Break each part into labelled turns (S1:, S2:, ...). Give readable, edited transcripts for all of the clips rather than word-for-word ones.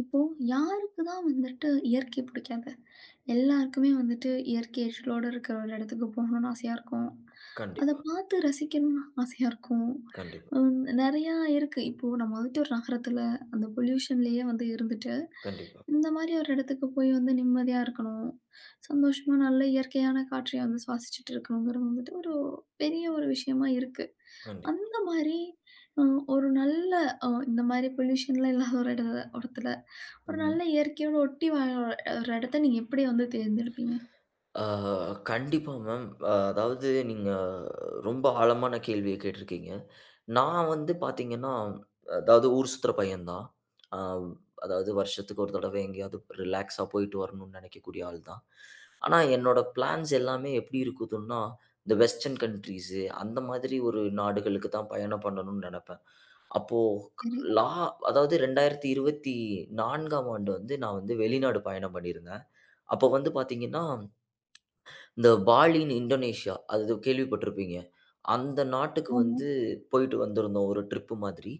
S1: இப்போ யாருக்கு தான் வந்துட்டு இயற்கை பிடிக்காது? எல்லாருக்குமே வந்துட்டு இயற்கை எழிலோட இருக்கிற ஒரு இடத்துக்கு போகணும்னு ஆசையா இருக்கும். அத
S2: கண்டிப்பா,
S1: பார்த்து ரசிக்கணும்னு ஆசையா இருக்கும்.
S2: கண்டிப்பா,
S1: நெறையா இருக்கு. இப்போ நம்ம வந்துட்டு ஒரு நகரத்துல அந்த பொல்யூஷன்லயே வந்து இருந்துட்டு,
S2: கண்டிப்பா,
S1: இந்த மாரி ஒரு இடத்துக்கு போய் வந்து நிம்மதியா இருக்கணும். சந்தோஷமா நல்ல இயற்கையான காற்றைய வந்து சுவாசிச்சுட்டு இருக்கணுங்கிறது வந்துட்டு ஒரு பெரிய ஒரு விஷயமா இருக்கு.
S2: கண்டிப்பா.
S1: அந்த மாரி அ ஒரு நல்ல இந்த மாரி பொல்யூஷன்லாம் இல்லாத ஒரு இடத்துல ஒரு
S2: ம்.
S1: நல்ல இயற்கையோட ஒட்டி வாழ ஒரு இடத்த நீங்க எப்படி வந்து தேர்ந்தெடுப்பீங்க?
S2: ஆ கண்டிப்பா மேம். அதாவது நீங்க ரொம்ப ஆழமான கேள்விய கேட்டிருக்கீங்க. நான் வந்து பார்த்தீங்கன்னா, அதாவது ஊர் சுத்துற பையன் தான். அ அதாவது வருஷத்துக்கு ஒரு தடவ எங்கேயாவது ரிலாக்ஸா போயிட்டு வரணும்னு நினைக்கக்கூடிய ஆள் தான். ஆனா என்னோட பிளான்ஸ் எல்லாமே எப்படி இருக்குதுன்னா, இந்த வெஸ்டர்ன் கன்ட்ரீஸு அந்த மாதிரி ஒரு நாடுகளுக்கு தான் பயணம் பண்ணணும்னு நினைப்பேன்.
S1: சரி.
S2: லா அதாவது 2024ஆம் ஆண்டு வந்து நான் வந்து வெளிநாடு பயணம் பண்ணியிருந்தேன். அப்ப வந்து பார்த்தீங்கன்னா, இந்த பாலின் இந்தோனேஷியா அது கேள்விப்பட்டிருப்பீங்க. அந்த நாட்டுக்கு
S1: ஆமா,
S2: வந்து போயிட்டு வந்திருந்தோம் ஒரு ட்ரிப்பு மாதிரி.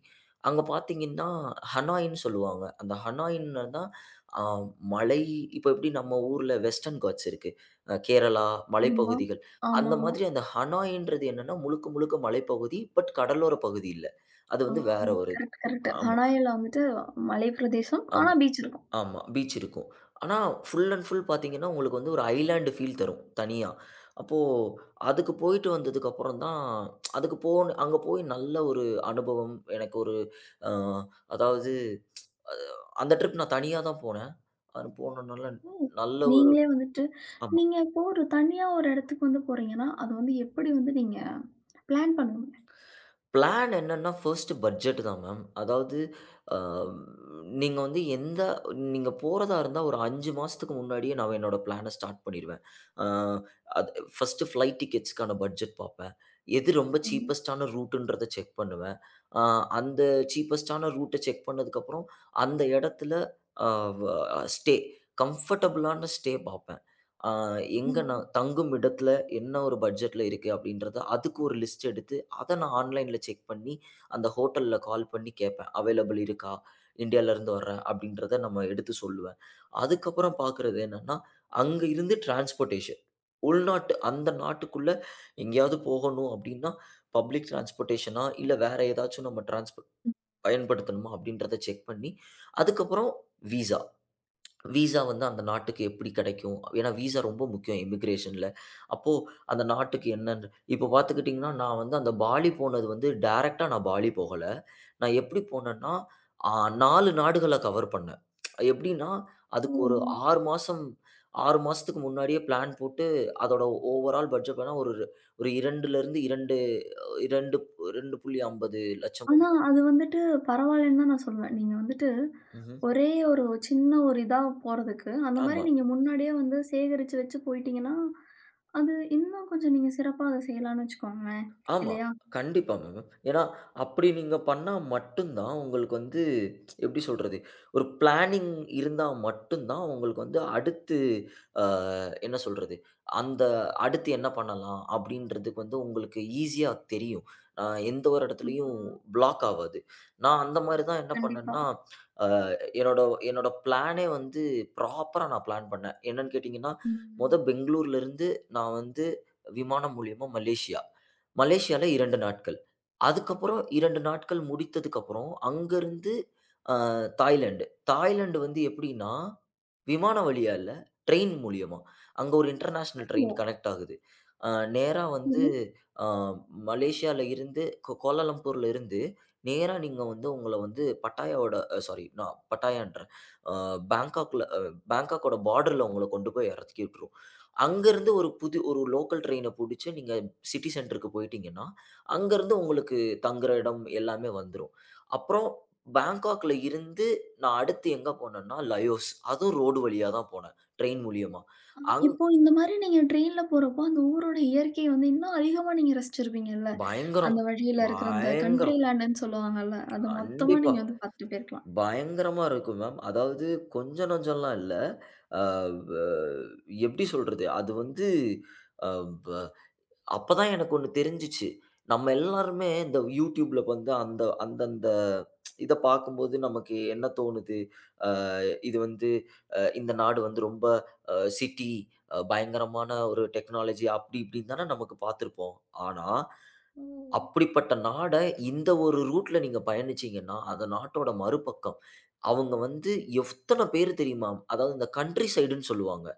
S2: அங்க பார்த்தீங்கன்னா, ஹனாய்ன்னு சொல்லுவாங்க. அந்த ஹனாய்ன்னா தான் அ மலை இப்ப எப்படி நம்ம ஊர்ல வெஸ்டர்ன் காட்ஸ் இருக்கு. கேரளா,
S1: ஆமா.
S2: மலைப்பகுதிகள். அந்த
S1: ஆமாமா.
S2: மாதிரி அந்த ஹனாய்ன்றது என்னன்னா முழுக்க முழுக்க மலைப்பகுதி. பட் கடலோர பகுதி இல்ல. அது
S1: ஆ
S2: வந்து வேற ஒரு இது.
S1: Correct, correct.
S2: ஆமா.
S1: ஹனாயில வந்துட்டு மலை பிரதேசம்.
S2: ஆமா.
S1: ஆனா பீச் இருக்கும்.
S2: ஆமா. பீச் இருக்கும். ஆனா, ஃபுல் அண்ட் ஃபுல் பார்த்தீங்கன்னா, உங்களுக்கு வந்து ஒரு ஐலேண்ட் ஃபீல் தரும், தனியா. அப்போ அதுக்கு போயிட்டு வந்ததுக்கப்புறம் தான் அதுக்கு போன அங்க போய் நல்ல ஒரு அனுபவம். எனக்கு ஒரு அ அதாவது அ அந்த ட்ரிப் நான் தனியா தான் போனேன். அது போனனால
S1: ஓ!
S2: நல்ல ஒரு
S1: நீங்களே வந்துட்டு
S2: ஆமா.
S1: நீங்க இப்போ ஒரு தனியா ஒரு இடத்துக்கு வந்து போறீங்கன்னா, அது வந்து எப்படி வந்து நீங்க பிளான் பண்ணுவீங்க?
S2: பிளான் என்னன்னா, ஃபர்ஸ்ட்டு பட்ஜெட் தான் மேம். அதாவது அ நீங்க வந்து எந்த நீங்க போறதா இருந்தா ஒரு 5 மாசத்துக்கு முன்னாடியே நான் என்னோட பிளான ஸ்டார்ட் பண்ணிருவேன். அ அது ஃபர்ஸ்ட்டு ஃப்ளைட் டிக்கெட்ஸ்க்கான பட்ஜெட் பாப்பேன். எது ரொம்ப
S1: ம்.
S2: சீப்பஸ்ட்டான ரூட்டுன்றத செக் பண்ணுவேன். அ அந்த சீப்பஸ்ட்டான ரூட்ட செக் பண்ணதுக்கப்புறம், அந்த இடத்துல அ வ ஸ்டே கம்ஃபர்டபுளான ஸ்டே பாப்பேன். அ எங்க
S1: ம்.
S2: நான் தங்கும் இடத்துல என்ன ஒரு பட்ஜெட்ல இருக்கு அப்படின்றத அதுக்கு ஒரு லிஸ்ட் எடுத்து அத நான் ஆன்லைன்ல செக் பண்ணி, அந்த ஹோட்டல்ல கால் பண்ணி கேட்பேன். அவைலபிள் இருக்கா? இந்தியாலருந்து வர்றேன் அப்படின்றத நம்ம எடுத்து சொல்லுவேன். அதுக்கப்புறம் பார்க்குறது என்னன்னா, அங்க இருந்து டிரான்ஸ்போர்டேஷன். உள்நாட்டு அந்த நாட்டுக்குள்ள எங்கேயாவது போகணும் அப்படின்னா, பப்ளிக் டிரான்ஸ்போர்டேஷனா, இல்ல வேற ஏதாச்சும் நம்ம டிரான்ஸ்போர்ட் பயன்படுத்தணுமா அப்படின்றத செக் பண்ணி, அதுக்கப்புறம் விசா. வீசா வந்து அந்த நாட்டுக்கு எப்படி கிடைக்கும்? ஏன்னா வீசா ரொம்ப முக்கியம் இமிகிரேஷன்ல. அப்போ அந்த நாட்டுக்கு என்னன்னு இப்போ பார்த்துக்கிட்டீங்கன்னா, நான் வந்து அந்த பாலி போனது வந்து டைரக்ட்டா நான் பாலி போகல. நான் எப்படி போனேன்னா, அ 4 நாடுகள கவர் பண்ணேன். எப்படின்னா,
S1: ஓ!
S2: அதுக்கு ஒரு 6 மாசம் 6 மாசத்துக்கு முன்னாடியே பிளான் போட்டு, அதோட ஓவரால் பட்ஜெட் பார்த்தா ஒரு ஒரு 2 லருந்து 2 2
S1: ஆனா,
S2: 2,50,000.
S1: அது வந்துட்டு பரவாயில்லன்னு தான் நான் சொல்லுவேன். நீங்க வந்துட்டு
S2: ம்ஹ்ம்.
S1: ஒரே ஒரு சின்ன ஒரு இதா போறதுக்கு, அந்த மாரி
S2: ஆமா.
S1: நீங்க முன்னாடியே வந்து சேகரிச்சு வச்சு போயிட்டீங்கன்னா, அது இன்னும் கொஞ்சம் நீங்க சிறப்பா அத செய்யலான்னு வச்சுக்கோங்களேன்.
S2: ஆமா.
S1: இல்லையா?
S2: கண்டிப்பா மேம். ஏன்னா, அப்படி நீங்க பண்ணா மட்டும் தான் உங்களுக்கு வந்து எப்படி சொல்றது? ஒரு பிளானிங் இருந்தா மட்டும் தான் உங்களுக்கு வந்து அடுத்து அ என்ன சொல்றது? அந்த அடுத்து என்ன பண்ணலாம்? அப்படின்றதுக்கு வந்து உங்களுக்கு ஈஸியா தெரியும். அ எந்த ஒரு
S1: ம்.
S2: இடத்துலயும் பிளாக் ஆவாது. நான் அந்த மாரி தான் என்ன
S1: கண்டிப்பா.
S2: பண்ணேன்னா, அ என்னோட என்னோட பிளானே வந்து ப்ராப்பரா நான் பிளான் பண்ணேன். என்னன்னு கேட்டீங்கன்னா, மொத
S1: ம்.
S2: பெங்களூர்லருந்து நான் வந்து விமானம் மூலியமா மலேசியா. மலேசியால 2 நாட்கள். அதுக்கப்புறம் 2 நாட்கள் முடித்ததுக்கப்புறம், அங்கருந்து தாய்லாந்து. தாய்லாந்து வந்து எப்படின்னா விமான வழியா இல்ல, ட்ரெயின் மூலியமா. அங்க ஒரு இன்டர்நேஷனல் ட்ரெயின் கனெக்ட் ஆகுது. அ நேரா வந்து
S1: சரி.
S2: அ மலேசியால இருந்து கோலாலம்பூர்ல இருந்து நேரா நீங்க வந்து உங்கள வந்து பட்டாயாவோட அ சாரி நான் பட்டாயான்றேன். அ பேங்காக்ல பேங்காக்கோட பார்டர்ல உங்கள கொண்டு போய் எறக்கி விட்டுரும். அங்கருந்து ஒரு புது ஒரு லோக்கல் ட்ரெயின புடிச்சு நீங்க சிட்டி சென்டருக்கு போயிட்டீங்கன்னா, அங்கருந்து உங்களுக்கு தங்குற இடம் எல்லாமே வந்துரும். அப்புறம் பேங்காக்ல இருந்து நான் அடுத்து எங்க போனேன்னா, லயோஸ். அதுவும் ரோடு வழியா தான் போனேன். ட்ரெயின் மூலியமா. அங்
S1: இப்போ இந்த மாரி நீங்க ட்ரெயின்ல போறப்போ, அந்த ஊரோட இயற்கைய வந்து இன்னும் அதிகமா நீங்க ரசிச்சிருப்பீங்கல்ல?
S2: பயங்கரம்,
S1: அந்த வழியில இருக்கிற அந்த கண்ட்ரி
S2: பயங்கரம்.
S1: லேண்டுன்னு சொல்லுவாங்கல்ல, அத மொத்தமா
S2: கண்டிப்பா.
S1: நீங்க வந்து பார்த்துட்டு போயிருக்கலாம்.
S2: பயங்கரமா இருக்கும் மேம். அதாவது கொஞ்சம் நஞ்சம்லாம் இல்ல. அ வ எப்படி சொல்றது? அது வந்து அ ப அப்பதான் எனக்கு ஒண்ணு தெரிஞ்சுச்சு. நம்ம எல்லாருமே இந்த YouTubeல வந்து அந்த அந்தந்த இத பார்க்கும்போது நமக்கு என்ன தோணுது? அ இது வந்து இந்த நாடு வந்து ரொம்ப சிட்டி பயங்கரமான ஒரு டெக்னாலஜி அப்படி இப்படின்னு தானே நமக்கு பார்த்துருப்போம். ஆனா,
S1: ஓ!
S2: அப்படிப்பட்ட நாட இந்த ஒரு ரூட்ல நீங்க பயணிச்சீங்கன்னா, அந்த நாட்டோட மறுபக்கம். அவங்க வந்து எத்தன பேரு தெரியுமா? அதாவது இந்த கன்ட்ரி சைடுன்னு சொல்லுவாங்க.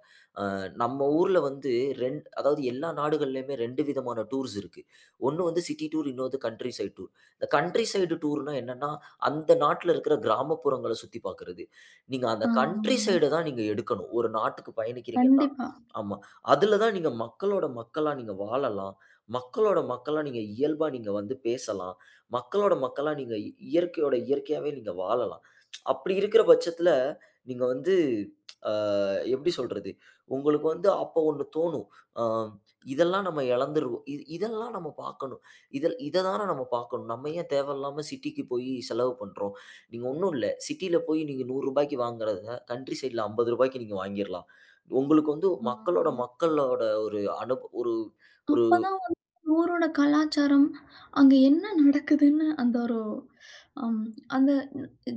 S2: நம்ம ஊர்ல வந்து அதாவது எல்லா நாடுகள்லயுமே 2 விதமான டூர்ஸ் இருக்கு. ஒண்ணு வந்து சிட்டி டூர், இன்னொரு கன்ட்ரி சைட் டூர். இந்த கன்ட்ரி சைடு டூர்னா என்னன்னா, அந்த நாட்டுல இருக்கிற கிராமப்புறங்கள சுத்தி பார்க்கிறது. நீங்க அந்த கன்ட்ரி
S1: ஆமாமா.
S2: சைட தான் நீங்க எடுக்கணும். ஒரு நாட்டுக்கு பயணிக்கிறீங்கன்னா.
S1: கண்டிப்பா.
S2: ஆமா. அதுல தான் நீங்க மக்களோட மக்களா நீங்க வாழலாம். மக்களோட மக்களா நீங்க இயல்பா நீங்க வந்து பேசலாம். மக்களோட மக்களா நீங்க இயற்கையோட இயற்கையாவே நீங்க வாழலாம். அப்படி இருக்கிற பட்சத்துல, நீங்க வந்து அ எப்படி சொல்றது? உங்களுக்கு வந்து அப்போ ஒண்ணு தோணும். அ இதெல்லாம் நம்ம இழந்துருவோம். இதெல்லாம் நம்ம பார்க்கணும். இதில் இத தான நம்ம பார்க்கணும். நம்ம ஏன் தேவையில்லாம சிட்டிக்கு போயி செலவு பண்றோம்? நீங்க ஒண்ணும் இல்ல. சிட்டில போய் நீங்க ரூ. 100க்கு வாங்குறத கன்ட்ரி சைட்ல ரூ. 50க்கு நீங்க வாங்கிரலாம். உங்களுக்கு வந்து
S1: ஆ.
S2: மக்களோட மக்களோட ஒரு அனுப ஒரு ஒரு
S1: அப்பதான் ஊரோட கலாச்சாரம், அங்க என்ன நடக்குதுன்னு அந்த ஒரு அம் அந்த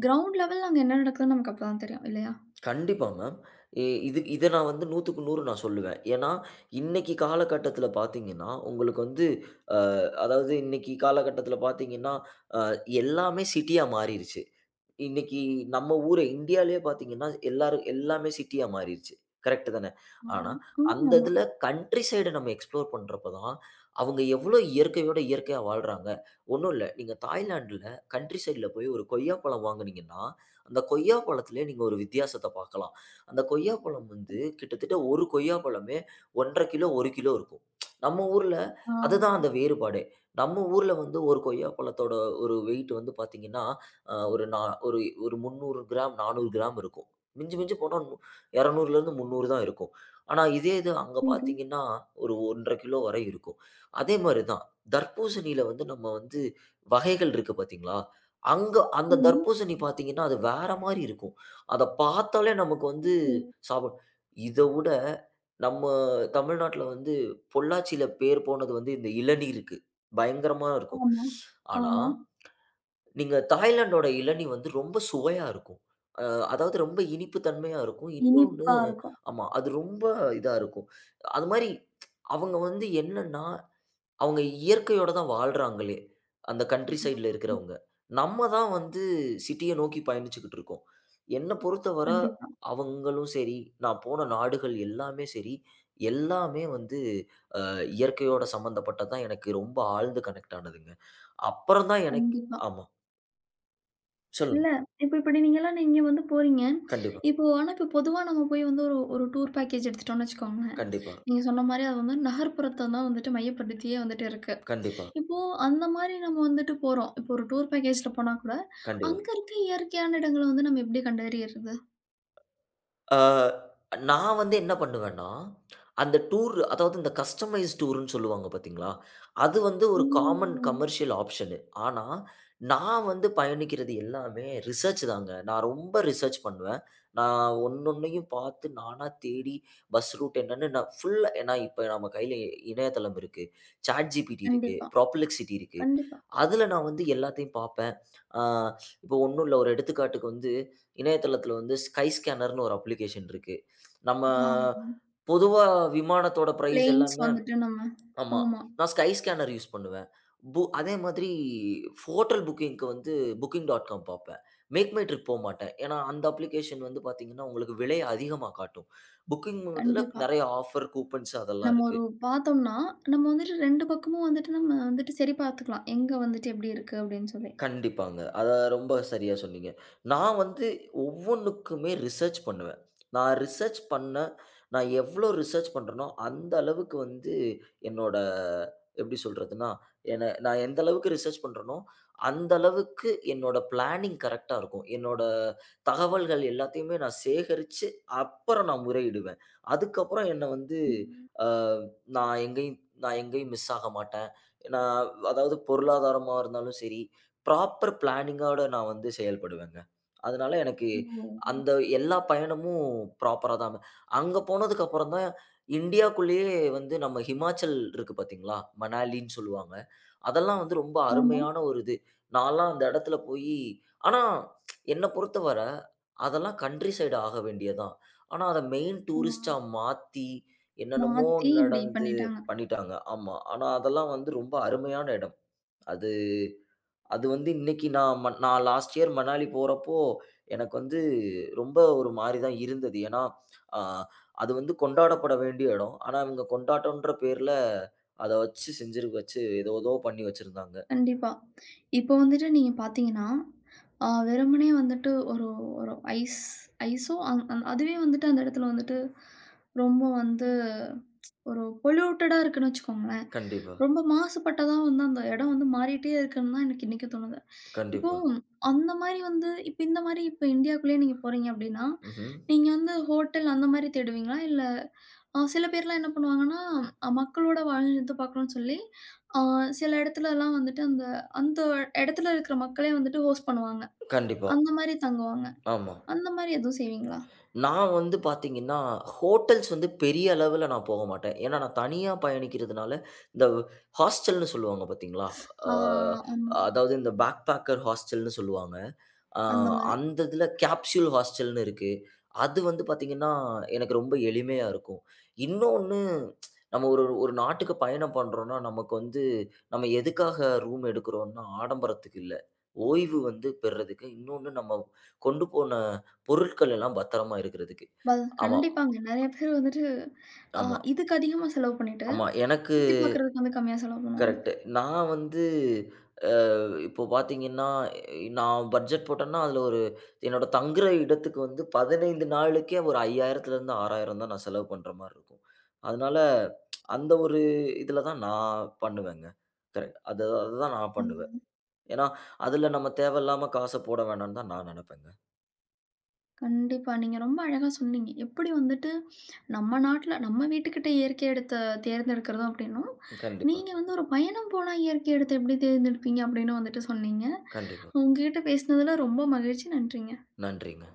S1: கிரவுண்ட் லெவல்ல அங்க என்ன நடக்குதுன்னு நமக்கு அப்பதான் தெரியும் இல்லையா?
S2: கண்டிப்பா மேம். இது இத நான் வந்து 100க்கு 100 நான் சொல்லுவேன். ஏன்னா, இன்னைக்கு காலகட்டத்தில பார்த்தீங்கன்னா, உங்களுக்கு வந்து அ அதாவது இன்னைக்கு காலகட்டத்தில பார்த்தீங்கன்னா, அ எல்லாமே சிட்டியா மாறிருச்சு. இன்னைக்கு நம்ம ஊரு இந்தியாலயே பார்த்தீங்கன்னா, எல்லாரும் எல்லாமே சிட்டியா மாறிருச்சு. கரெக்ட் தானே?
S1: ஆமா.
S2: ஆனா, அந்த
S1: ஆமாமா.
S2: இதில கண்ட்ரி சைடு நம்ம எக்ஸ்ப்ளோர் பண்றப்ப தான், அவங்க எவ்வளோ இயற்கையோட இயற்கையா வாழ்றாங்க. ஒண்ணும் இல்ல. நீங்க தாய்லாந்துல கண்ட்ரி சைட்ல போய் ஒரு கொய்யா பழம் வாங்குனீங்கன்னா, அந்த கொய்யா பழத்திலே நீங்க ஒரு வித்தியாசத்த பார்க்கலாம். அந்த கொய்யா பழம் வந்து கிட்டத்தட்ட ஒரு கொய்யா பழமே 1 1/2 கிலோ, 1 கிலோ இருக்கும். நம்ம ஊர்ல
S1: ஆ
S2: அதுதான் அந்த வேறுபாடே. நம்ம ஊர்ல வந்து ஒரு கொய்யா பழத்தோட ஒரு வெயிட் வந்து பார்த்தீங்கன்னா, அ ஒரு நா ஒரு ஒரு 300 கிராம், 400 கிராம் இருக்கும். மிஞ்சி மிஞ்சி போனா 200லேருந்து 300 தான் இருக்கும். ஆனா இதே இது அங்க
S1: சரி.
S2: பார்த்தீங்கன்னா, ஒரு 1 1/2 கிலோ வரை இருக்கும். அதே மாரி தான் தர்பூசணியில வந்து நம்ம வந்து வகைகள் இருக்கு பார்த்தீங்களா? அங்க அந்த
S1: ஆமா.
S2: தர்பூசணி பார்த்தீங்கன்னா, அது வேற மாரி இருக்கும். அத பார்த்தாலே நமக்கு வந்து
S1: ஓ!
S2: சாப்பிட இத விட நம்ம தமிழ்நாட்ல வந்து பொள்ளாச்சியில பேர் போனது வந்து இந்த இளநீருக்கு. பயங்கரமா இருக்கும்.
S1: ஆமா.
S2: ஆனா,
S1: ஆமா.
S2: நீங்க தாய்லாந்தோட இளநீ வந்து ரொம்ப சுவையா இருக்கும். அ அதாவது ரொம்ப இனிப்பு தன்மையா இருக்கும். இன்னொன்னு
S1: இனிப்பா இருக்கும்.
S2: ஆமா. அது ரொம்ப இதா இருக்கும். அது மாரி அவங்க வந்து என்னன்னா அவங்க இயற்கையோட தான் வாழ்றாங்களே! அந்த கன்ட்ரி சைட்ல
S1: ஆமா.
S2: இருக்கிறவங்க. நம்ம தான் வந்து சிட்டிய நோக்கி பயணிச்சுக்கிட்டு இருக்கோம். என்ன பொறுத்தவர
S1: கண்டிப்பா,
S2: அவங்களும் சரி, நான் போன நாடுகள் எல்லாமே சரி, எல்லாமே வந்து இயற்கையோட சம்மந்தப்பட்டது தான் எனக்கு ரொம்ப ஆழ்ந்து கனெக்ட் ஆனதுங்க. அப்புறம் தான் எனக்கு
S1: கண்டிப்பா.
S2: ஆமா. சொல்லுங்க.
S1: இல்ல இப்ப இப்படி நீங்கலாம் நீங்க வந்து போறீங்க.
S2: கண்டிப்பா,
S1: இப்போ ஆனா இப்போ பொதுவா நம்ம போய் வந்து ஒரு ஒரு டூர் பேக்கேஜ் எடுத்துட்டோம்னு வச்சுக்கோங்களேன்.
S2: கண்டிப்பா,
S1: நீங்க சொன்ன மாரி அது வந்து நகர்ப்புறத்த தான் வந்துட்டு மையப்படுத்தியே வந்துட்டு இருக்கு.
S2: கண்டிப்பா,
S1: இப்போ அந்த மாரி நம்ம வந்துட்டு போறோம். இப்போ ஒரு டூர் பேக்கேஜ்ல போனா கூட,
S2: கண்டிப்பா.
S1: அங்க இருக்க இயற்கையான இடங்கள வந்து நம்ம எப்படி கண்டறியறது?
S2: அ நான் வந்து என்ன பண்ணுவேன்னா, அந்த டூர் அதாவது இந்த கஸ்டமைஸ் டூர்ன்னு சொல்லுவாங்க பார்த்தீங்களா? அது வந்து ஒரு காமன்
S1: ம்.
S2: Commercial option. ஆனா, நான் வந்து பயணிக்கிறது எல்லாமே ரிசர்ச் தாங்க. நான் ரொம்ப ரிசர்ச் பண்ணுவேன். நான் ஒண்ணொண்ணையும் பார்த்து நானா தேடி பஸ் ரூட் என்னன்னு நான் ஃபுல்லா ஏன்னா இப்ப நம்ம கையில இணையதளம் இருக்கு. ChatGPT இருக்கு.
S1: கண்டிப்பா,
S2: Perplexity இருக்கு.
S1: கண்டிப்பா.
S2: அதுல நான் வந்து எல்லாத்தையும் பார்ப்பேன். அ இப்போ ஒண்ணும் இல்ல ஒரு எடுத்துக்காட்டுக்கு வந்து இணையதளத்தில வந்து ஸ்கை ஸ்கேனர்ன்னு ஒரு அப்ளிகேஷன் இருக்கு. நம்ம
S1: ஆ.
S2: பொதுவா விமானத்தோட பிரைஸ்
S1: பிளெயின்ஸ்
S2: எல்லாமே
S1: வந்துட்டு நம்ம
S2: ஆமா.
S1: ஆமா.
S2: நான் ஸ்கை ஸ்கேனர் யூஸ் பண்ணுவேன். அதே மாதிரி ஹோட்டல் புக்கிங்க்கு வந்து Booking.com பார்ப்பேன். மேக் மை ட்ரிப் போமாட்டேன். ஏன்னா, அந்த அப்ளிகேஷன் வந்து பார்த்தீங்கன்னா, உங்களுக்கு விலை அதிகமா காட்டும். Booking இதில
S1: கண்டிப்பா.
S2: நெறைய ஆஃபர், கூப்பன்ஸ் அதெல்லாம்
S1: நம்ம
S2: இருக்கு.
S1: ஒரு பார்த்தோம்னா, நம்ம வந்துட்டு 2 பக்கமும் வந்துட்டு நம்ம வந்துட்டு சரி பார்த்துக்கலாம். எங்க வந்துட்டு எப்படி இருக்கு அப்படின்னு சொல்லி.
S2: கண்டிப்பாங்க. அத ரொம்ப சரியா சொன்னீங்க. நான் வந்து ஒவ்வொன்னுக்குமே ரிசர்ச் பண்ணுவேன். நான் ரிசர்ச் பண்ண நான் எவ்ளோ ரிசர்ச் பண்றேனோ, அந்த அளவுக்கு வந்து என்னோட எப்படி சொல்றதுன்னா, என்ன நான் எந்த அளவுக்கு ரிசர்ச் பண்றேனோ, அந்த அளவுக்கு என்னோட பிளானிங் கரெக்ட்டா இருக்கும். என்னோட தகவல்கள் எல்லாத்தையுமே நான் சேகரிச்சு, அப்புறம் நான் முறையிடுவேன். அதுக்கப்புறம் என்ன வந்து
S1: ம்.
S2: அ நான் எங்கேயும் நான் எங்கேயும் மிஸ் ஆக மாட்டேன். நான் அதாவது பொருளாதாரமா இருந்தாலும் சரி ப்ராப்பர் பிளானிங்கோட நான் வந்து செயல்படுவேங்க. அதனால எனக்கு
S1: ஓ!
S2: அந்த எல்லா பயணமும் ப்ராப்பரா தான். அங்க போனதுக்கு அப்புறம் தான் இந்தியாக்குள்ளேயே வந்து நம்ம ஹிமாச்சல் இருக்கு பார்த்தீங்களா? மணாலின்னு சொல்லுவாங்க. அதெல்லாம் வந்து ரொம்ப
S1: ஆமா.
S2: அருமையான ஒரு இது. நான்லாம் அந்த இடத்துல போயி ஆனா என்ன பொறுத்தவர அதெல்லாம் கன்ட்ரி சைடு ஆக வேண்டியதுதான். ஆனா அத மெயின்
S1: ஆ
S2: டூரிஸ்ட்டா மாத்தி என்னென்னமோ
S1: மாத்தி இப்படி
S2: நடந்து
S1: பண்ணிட்டாங்க.
S2: பண்ணிட்டாங்க. ஆமா. ஆனா அதெல்லாம் வந்து ரொம்ப அருமையான இடம். அது அது வந்து இன்னைக்கு நான் லாஸ்ட் இயர் மணாலி போறப்போ, எனக்கு வந்து ரொம்ப ஒரு மாரி தான் இருந்தது. ஏன்னா, அ அது வந்து கொண்டாடப்பட வேண்டிய இடம். ஆனா, இவங்க கொண்டாட்டம்ன்ற பேர்ல அத வச்சு செஞ்சிரு வச்சு ஏதோ ஏதோ பண்ணி வச்சிருந்தாங்க.
S1: கண்டிப்பா. இப்போ வந்துட்டு நீங்க பார்த்தீங்கன்னா, வெறுமனே வந்துட்டு ஒரு ஒரு ஐஸ் ஐஸோ அந் அந் அதுவே வந்துட்டு அந்த இடத்துல வந்துட்டு ரொம்ப வந்து ஒரு பொல்யூட்டடா இருக்குன்னு வச்சுக்கோங்களேன்.
S2: கண்டிப்பா,
S1: ரொம்ப மாசுபட்டதா வந்து அந்த இடம் வந்து மாறிட்டே இருக்குன்னு தான் எனக்கு இன்னைக்கும் தோணுது. இப்போ
S2: கண்டிப்பா.
S1: அந்த மாரி வந்து இப்ப இந்த மாரி இப்ப இந்தியாக்குள்ளேயே நீங்க போறீங்க அப்படின்னா,
S2: ம்ஹ்ம்.
S1: நீங்க வந்து ஹோட்டல் அந்த மாரி தேடுவீங்களா? இல்ல சில பேர்லாம் என்ன பண்ணுவாங்கன்னா, மக்களோட வாழ்ந்து பார்க்கணும்னு சொல்லி, அ சில இடத்துலலாம் வந்துட்டு அந்த அந்த இடத்துல இருக்கிற மக்களே வந்துட்டு ஹோஸ்ட் பண்ணுவாங்க.
S2: கண்டிப்பா.
S1: அந்த மாரி தங்குவாங்க.
S2: ஆமா.
S1: அந்த மாரி எதுவும் செய்வீங்களா?
S2: நான் வந்து பார்த்தீங்கன்னா, ஹோட்டல்ஸ் வந்து பெரிய அளவுல நான் போக மாட்டேன். ஏன்னா, நான் தனியா பயணிக்கிறதுனால, இந்த ஹாஸ்டல்ன்னு சொல்லுவாங்க பார்த்தீங்களா? அ
S1: ஆ ஆமா.
S2: அதாவது இந்த பேக் பேக்கர் ஹாஸ்டல்ன்னு சொல்லுவாங்க. அ
S1: அந்த மாரி.
S2: அந்த இதில கேப்சூல் ஹாஸ்டல்ன்னு இருக்கு. அது வந்து பார்த்தீங்கன்னா, எனக்கு ரொம்ப எளிமையா இருக்கும். இன்னொன்னு நம்ம ஒரு ஒரு நாட்டுக்கு பயணம் பண்றோம்னா, நமக்கு வந்து நம்ம எதுக்காக ரூம் எடுக்கிறோம்னா, ஆடம்பரத்துக்கு இல்ல. ஓய்வு வந்து பெறுறதுக்கு. இன்னொன்னு நம்ம கொண்டு போன பொருட்கள் எல்லாம் பத்திரமா இருக்கிறதுக்கு.
S1: ப
S2: ஆமா,
S1: கண்டிப்பாங்க. நெறைய பேர் வந்துட்டு அ
S2: ஆமா,
S1: இதுக்கு அதிகமா செலவு பண்ணிட்டு,
S2: ஆமா. எனக்கு
S1: சுத்தி பார்க்கறதுக்கு வந்து கம்மியா செலவு பண்ணுவாங்க.
S2: கரெக்ட்டு. நான் வந்து அ இப்போ பார்த்தீங்கன்னா, நான் பட்ஜெட் போட்டேன்னா, அதில ஒரு என்னோட தங்குற இடத்துக்கு வந்து 15 நாளுக்கே ஒரு 5000த்துலேருந்து 6000 தான் நான் செலவு பண்ற மாரி இருக்கும். அதனால அந்த ஒரு இதில தான் நான் பண்ணுவேங்க. கரெக்ட். அது அதுதான் நான்
S1: ஆமா.
S2: பண்ணுவேன். ஏன்னா, அதில நம்ம தேவையில்லாம காச போட வேணான்னு தான் நான் நெனைப்பேங்க.
S1: கண்டிப்பா. நீங்க ரொம்ப அழகா சொன்னீங்க. எப்படி வந்துட்டு நம்ம நாட்ல, நம்ம வீட்டுக்கிட்ட இயற்கை எடுத்த தேர்ந்தெடுக்கிறதும் அப்படின்னும்,
S2: கண்டிப்பா,
S1: நீங்க வந்து ஒரு பயணம் போனா இயற்கை எடுத்து எப்படி தேர்ந்தெடுப்பீங்க அப்படின்னு வந்துட்டு சொன்னீங்க.
S2: கண்டிப்பா.
S1: உங்ககிட்ட பேசினதுல ரொம்ப மகிழ்ச்சி. நன்றிங்க.
S2: நன்றிங்க.